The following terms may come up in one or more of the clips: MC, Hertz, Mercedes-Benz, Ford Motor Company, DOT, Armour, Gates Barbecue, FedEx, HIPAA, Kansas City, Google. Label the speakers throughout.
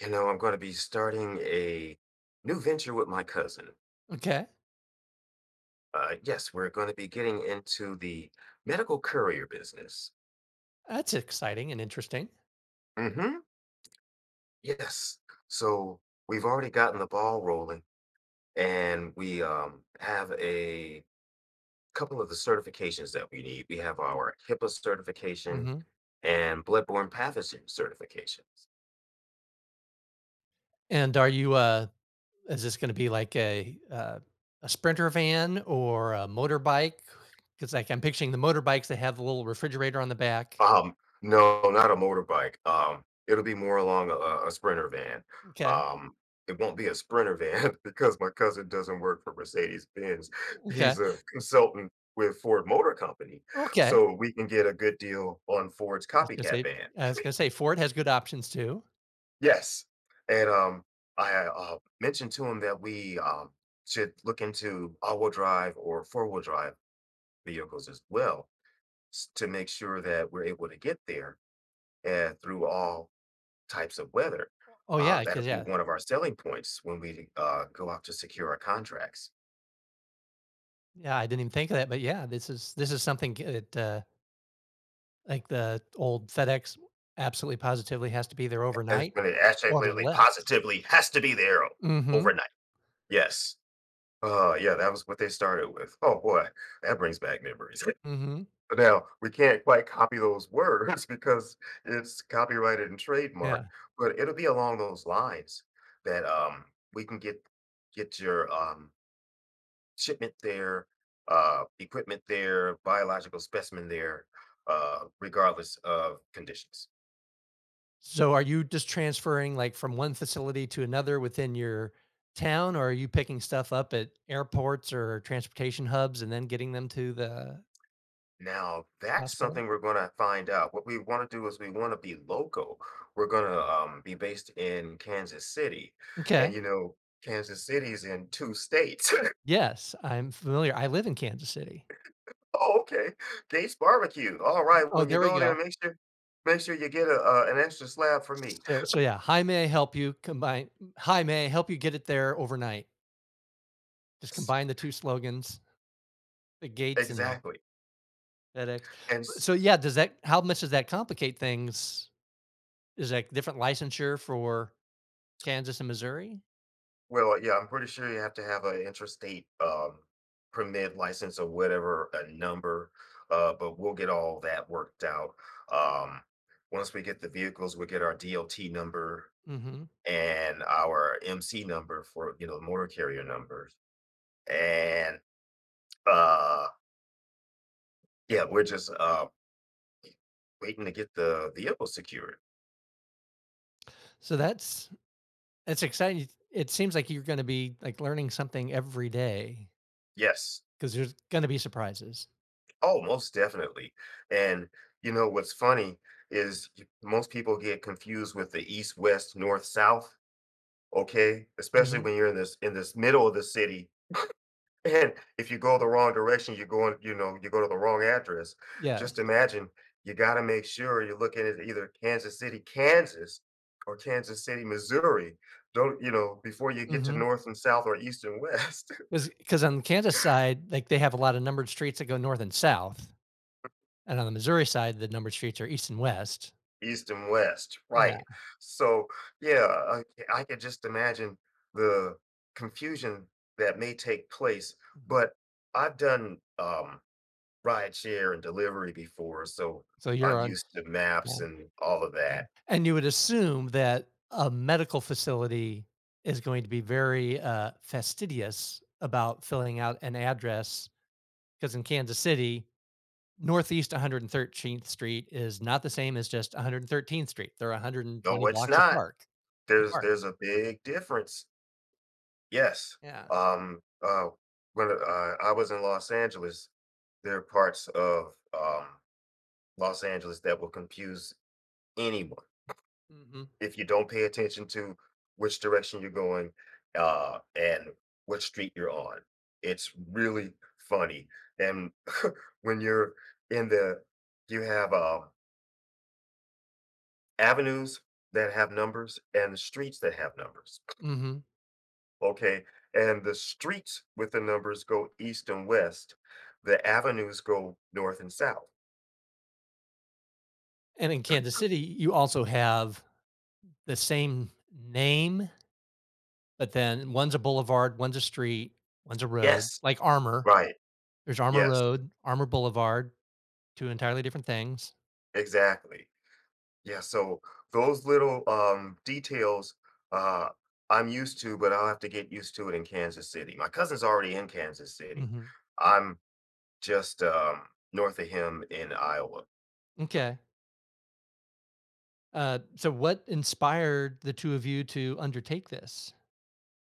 Speaker 1: You know, I'm going to be starting a new venture with my cousin.
Speaker 2: Okay.
Speaker 1: Yes, we're going to be getting into the medical courier business.
Speaker 2: That's exciting and interesting.
Speaker 1: Mm-hmm. Yes. So we've already gotten the ball rolling, and we have a couple of the certifications that we need. We have our HIPAA certification
Speaker 2: Hmm.
Speaker 1: and bloodborne pathogen certifications.
Speaker 2: And are you, is this going to be like a sprinter van or a motorbike? Because like I'm picturing the motorbikes, they have the little refrigerator on the back.
Speaker 1: Um, no, not a motorbike. It'll be more along a Sprinter van.
Speaker 2: Okay.
Speaker 1: Um, it won't be a Sprinter van because my cousin doesn't work for Mercedes-Benz.
Speaker 2: Okay.
Speaker 1: He's a consultant with Ford Motor Company,
Speaker 2: Okay.
Speaker 1: so we can get a good deal on Ford's
Speaker 2: I was going to
Speaker 1: copycat
Speaker 2: say,
Speaker 1: van.
Speaker 2: I was going to say Ford has good options too.
Speaker 1: Yes, and I mentioned to him that we should look into all-wheel drive or four-wheel drive vehicles as well to make sure that we're able to get there through all types of weather.
Speaker 2: Oh yeah.
Speaker 1: That'll
Speaker 2: Cause
Speaker 1: be
Speaker 2: yeah.
Speaker 1: one of our selling points when we go out to secure our contracts.
Speaker 2: Yeah. I didn't even think of that, but yeah, this is, something that, like the old FedEx absolutely positively has to be there
Speaker 1: And it's
Speaker 2: overnight
Speaker 1: really
Speaker 2: or
Speaker 1: absolutely
Speaker 2: less.
Speaker 1: positively has to be there
Speaker 2: Mm-hmm.
Speaker 1: overnight. Yes. Yeah, that was what they started with. Oh boy, that brings back memories.
Speaker 2: Mm-hmm.
Speaker 1: But now we can't quite copy those words because it's copyrighted and trademarked.
Speaker 2: Yeah.
Speaker 1: But it'll be along those lines that we can get your shipment there, equipment there, biological specimen there, regardless of conditions.
Speaker 2: So are you just transferring like from one facility to another within your town, or are you picking stuff up at airports or transportation hubs and then getting them to the
Speaker 1: Now, that's
Speaker 2: hospital?
Speaker 1: something we're going to find out. What we want to do is we want to be local. We're going to be based in Kansas City. And,
Speaker 2: Okay.
Speaker 1: you know, Kansas City's in two states.
Speaker 2: Yes, I'm familiar. I live in Kansas City.
Speaker 1: Oh, okay. Gates Barbecue. All right.
Speaker 2: Oh,
Speaker 1: When you
Speaker 2: there we
Speaker 1: go there,
Speaker 2: go.
Speaker 1: make sure you get a, an extra slab for me.
Speaker 2: So yeah, hi, may I help you combine? Hi, may I help you get it there overnight? Just
Speaker 1: Yes,
Speaker 2: combine the two slogans, the gates and the
Speaker 1: exactly.
Speaker 2: FedEx.
Speaker 1: And
Speaker 2: So yeah, does that? How much does that complicate things? Is that different licensure for Kansas and Missouri?
Speaker 1: well, yeah, I'm pretty sure you have to have an interstate permit license or whatever a number, but we'll get all that worked out. Um, Once we get the vehicles, we'll get our DOT number
Speaker 2: Mhm.
Speaker 1: and our MC number for you know the motor carrier numbers, and uh, yeah, we're just waiting to get the vehicle secured.
Speaker 2: So that's exciting. It seems like you're gonna be, like, learning something every day
Speaker 1: Yes,
Speaker 2: because there's gonna be surprises.
Speaker 1: oh, most definitely. And you know what's funny is most people get confused with the east, west, north, south. Okay, especially
Speaker 2: Mhm.
Speaker 1: when you're in this middle of the city. And if you go the wrong direction, you're going, you know, you go to the wrong address. Just
Speaker 2: Yes.
Speaker 1: imagine, you got to make sure you're looking at either Kansas City, Kansas, or Kansas City, Missouri, don't you know, before you get to
Speaker 2: Mm-hmm.
Speaker 1: north and south or east and west.
Speaker 2: Because on the Kansas side, like, they have a lot of numbered streets that go north and south, and on the Missouri side, the numbered streets are east and west.
Speaker 1: East and west,
Speaker 2: Yeah.
Speaker 1: right. So yeah i, I could just imagine the confusion that may take place.
Speaker 2: Mhm.
Speaker 1: But I've done ride share and delivery before, so
Speaker 2: So
Speaker 1: I'm
Speaker 2: you're on.
Speaker 1: used to
Speaker 2: Yeah,
Speaker 1: maps and all of
Speaker 2: yeah.
Speaker 1: that.
Speaker 2: And you would assume that a medical facility is going to be very, fastidious about filling out an address because in Kansas City, Northeast 113th Street is not the same as just 113th Street. They're
Speaker 1: No,
Speaker 2: 120
Speaker 1: it's
Speaker 2: blocks
Speaker 1: not.
Speaker 2: apart
Speaker 1: There's
Speaker 2: apart.
Speaker 1: there's a big difference. Yes.
Speaker 2: Yeah.
Speaker 1: Um, uh, when I was in Los Angeles, there are parts of, Los Angeles that will confuse anyone
Speaker 2: Mhm.
Speaker 1: if you don't pay attention to which direction you're going, and what street you're on. It's really funny, and when you're in the you have, avenues that have numbers and streets that have numbers.
Speaker 2: Mhm.
Speaker 1: Okay. And the streets with the numbers go east and west. The avenues go north and south.
Speaker 2: And in Kansas City, you also have the same name, but then one's a boulevard, one's a street, one's a road,
Speaker 1: Yes.
Speaker 2: like Armour.
Speaker 1: Right.
Speaker 2: There's Armour
Speaker 1: Yes.
Speaker 2: Road, Armour Boulevard, two entirely different things.
Speaker 1: Exactly. Yeah. So those little details uh, I'm used to, but I'll have to get used to it in Kansas City. My cousin's already in Kansas City.
Speaker 2: Mhm.
Speaker 1: I'm just north of him in Iowa.
Speaker 2: M'kay. So what inspired the two of you to undertake this?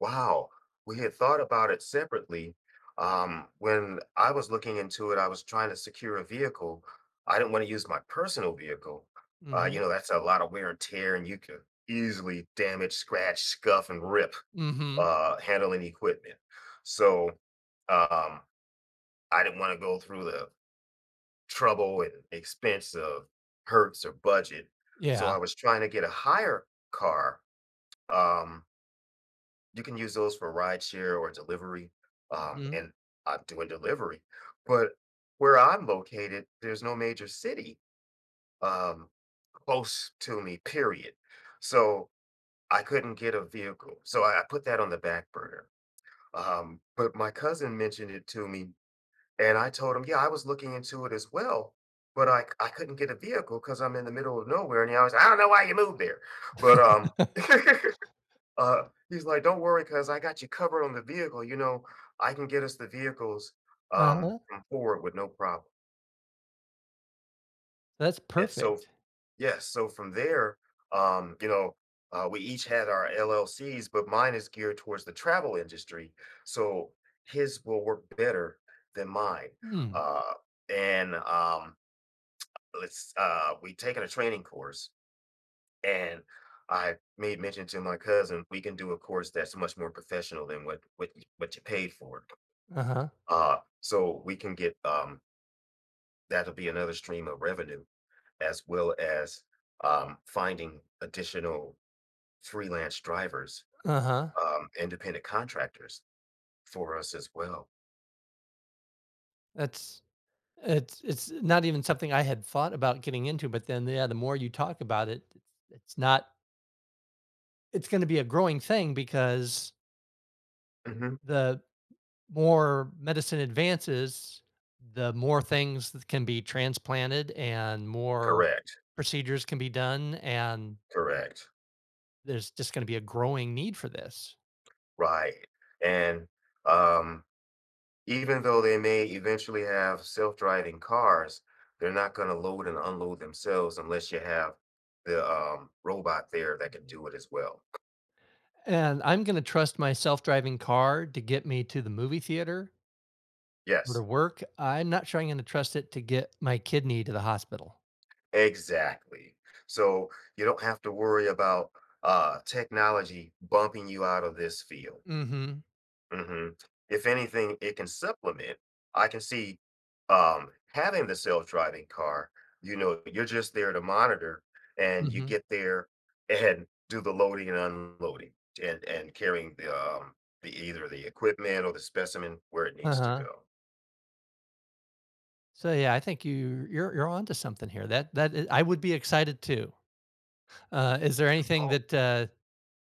Speaker 1: Wow, we had thought about it separately. When I was looking into it, I was trying to secure a vehicle. I didn't want to use my personal vehicle. You
Speaker 2: Mhm.
Speaker 1: know, that's a lot of wear and tear, and you could easily damage, scratch, scuff, and rip
Speaker 2: Mhm.
Speaker 1: handling equipment. So um, I didn't want to go through the trouble and expense of Hertz or budget. So I
Speaker 2: Yeah.
Speaker 1: was trying to get a higher car. Um, you can use those for rideshare or delivery. Um,
Speaker 2: Mhm.
Speaker 1: and I'm doing delivery. But where I'm located, there's no major city um, close to me, period. So I couldn't get a vehicle. So I put that on the back burner. But my cousin mentioned it to me, and I told him, yeah, I was looking into it as well. But I couldn't get a vehicle because I'm in the middle of nowhere. And he always, I don't know why you moved there. But He's like, "Don't worry, cuz I got you covered on the vehicle, you know, I can get us the vehicles,
Speaker 2: Uh-huh.
Speaker 1: from Ford with no problem."
Speaker 2: That's
Speaker 1: And so
Speaker 2: perfect.
Speaker 1: yes, so from there, you know, we each had our LLCs, but mine is geared towards the travel industry, so his will work better than mine.
Speaker 2: Hmm.
Speaker 1: Uh, and, let's We taken a training course. And I made mention to my cousin, we can do a course that's much more professional than what you paid for.
Speaker 2: Uh-huh.
Speaker 1: So we can get that'll be another stream of revenue as well as finding additional freelance drivers,
Speaker 2: Uh-huh.
Speaker 1: independent contractors for us as well.
Speaker 2: That's it's not even something I had thought about getting into, but then, yeah, the more you talk about it, it's not it's gonna be a growing thing because
Speaker 1: Hmm.
Speaker 2: the more medicine advances, the more things that can be transplanted and more
Speaker 1: Correct,
Speaker 2: procedures can be done, and
Speaker 1: correct,
Speaker 2: there's just gonna be a growing need for this.
Speaker 1: right. And um, even though they may eventually have self-driving cars, they're not going to load and unload themselves unless you have the robot there that can
Speaker 2: Mhm.
Speaker 1: do it as well.
Speaker 2: And I'm gonna trust my self-driving car to get me to the movie theater for
Speaker 1: Yes,
Speaker 2: to work, I'm not sure I'm gonna trust it to get my kidney to the hospital.
Speaker 1: exactly. So you don't have to worry about technology bumping you out of this field.
Speaker 2: Mhm,
Speaker 1: Mhm. If anything, it can supplement. I can see, having the self-driving car, you know, you're just there to monitor and you
Speaker 2: mhm,
Speaker 1: get there and do the loading and unloading and carrying the the either the equipment or the specimen where it needs to
Speaker 2: uh-huh.
Speaker 1: go.
Speaker 2: So, yeah, I think you're onto something here. That is, I would be excited too. Is there anything
Speaker 1: Oh,
Speaker 2: that,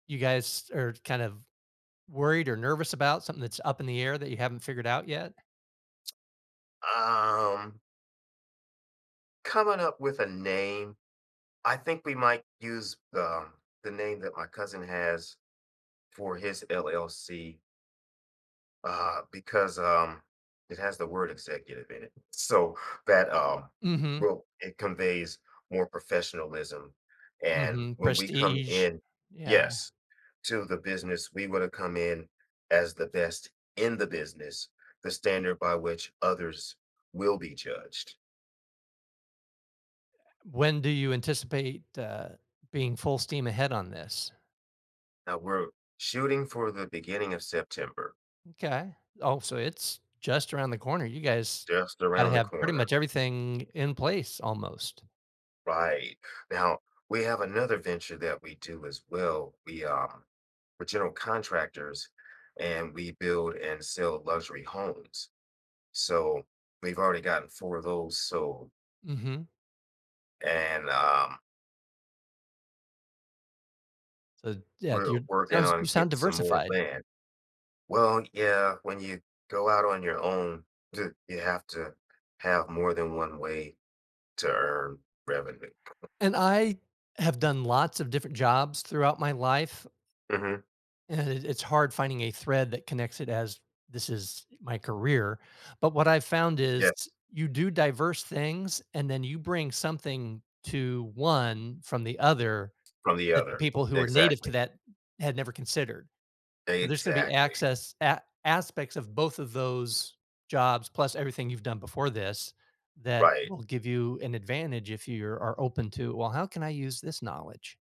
Speaker 2: you guys are kind of worried or nervous about, something that's up in the air that you haven't figured out yet?
Speaker 1: um, coming up with a name, I think we might use the name that my cousin has for his LLC. Because it has the word executive in it. So that
Speaker 2: Mhm,
Speaker 1: well, it conveys more professionalism. And
Speaker 2: mhm,
Speaker 1: when we come
Speaker 2: prestige.
Speaker 1: in,
Speaker 2: Yeah.
Speaker 1: yes, to the business, we want to come in as the best in the business, the standard by which others will be judged.
Speaker 2: When do you anticipate, being full steam ahead on this?
Speaker 1: Now we're shooting for the beginning of September,
Speaker 2: Okay. Oh, so it's just around the corner. You guys
Speaker 1: just
Speaker 2: gotta
Speaker 1: around the
Speaker 2: have pretty
Speaker 1: corner.
Speaker 2: much everything in place almost.
Speaker 1: Right. Now we have another venture that we do as well. We're general contractors and we build and sell luxury homes. So we've already gotten four of those sold.
Speaker 2: Mhm.
Speaker 1: And
Speaker 2: So, yeah,
Speaker 1: we're working
Speaker 2: you
Speaker 1: on getting
Speaker 2: sound
Speaker 1: some more
Speaker 2: diversified.
Speaker 1: land. Well, yeah, when you go out on your own, you have to have more than one way to earn revenue.
Speaker 2: And I have done lots of different jobs throughout my life,
Speaker 1: Hmm.
Speaker 2: and it's hard finding a thread that connects it as this is my career. But what I've found is
Speaker 1: Yes,
Speaker 2: you do diverse things, and then you bring something to one from the other
Speaker 1: from the
Speaker 2: that the
Speaker 1: other.
Speaker 2: people who are native to
Speaker 1: Exactly.
Speaker 2: that had never considered. There's gonna be
Speaker 1: Exactly.
Speaker 2: access a aspects of both of those jobs, plus everything you've done before this that
Speaker 1: Right.
Speaker 2: will give you an advantage if you are open to, "Well, how can I use this knowledge?"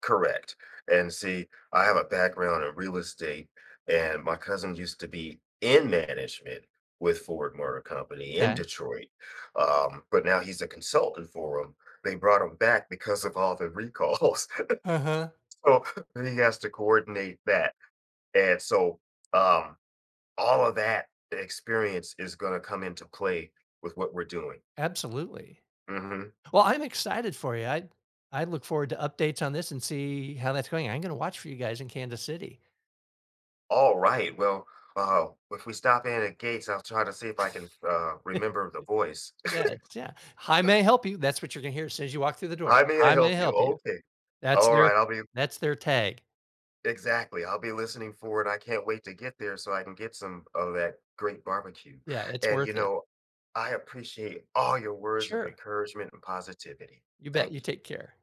Speaker 1: Correct. And see, I have a background in real estate, and my cousin used to be in management with Ford Motor Company in
Speaker 2: Okay. 'Kay.
Speaker 1: Detroit. But now he's a consultant for them. They brought him back because of all the recalls.
Speaker 2: Uh-huh.
Speaker 1: So he has to coordinate that. And so um, all of that experience is going to come into play with what we're doing.
Speaker 2: Absolutely.
Speaker 1: Hmm.
Speaker 2: Well, I'm excited for you. I look forward to updates on this and see how that's going. I'm gonna watch for you guys in Kansas City.
Speaker 1: All right. Well, if we stop in at Gates, I'll try to see if I can remember the voice.
Speaker 2: Yeah, it's yeah. "Hi, may help you?" That's what you're gonna hear as soon as you walk through the door.
Speaker 1: How may I
Speaker 2: "Hi, may
Speaker 1: help you?
Speaker 2: help you?"
Speaker 1: Okay.
Speaker 2: That's
Speaker 1: All
Speaker 2: their
Speaker 1: right. I'll be
Speaker 2: that's their tag.
Speaker 1: exactly. I'll be listening for it. I can't wait to get there so I can get some of that great barbecue.
Speaker 2: Yeah, it's
Speaker 1: And you
Speaker 2: worth it.
Speaker 1: know, I appreciate all your words of
Speaker 2: Sure.
Speaker 1: encouragement and positivity.
Speaker 2: You bet.
Speaker 1: Thank
Speaker 2: You
Speaker 1: you.
Speaker 2: take care.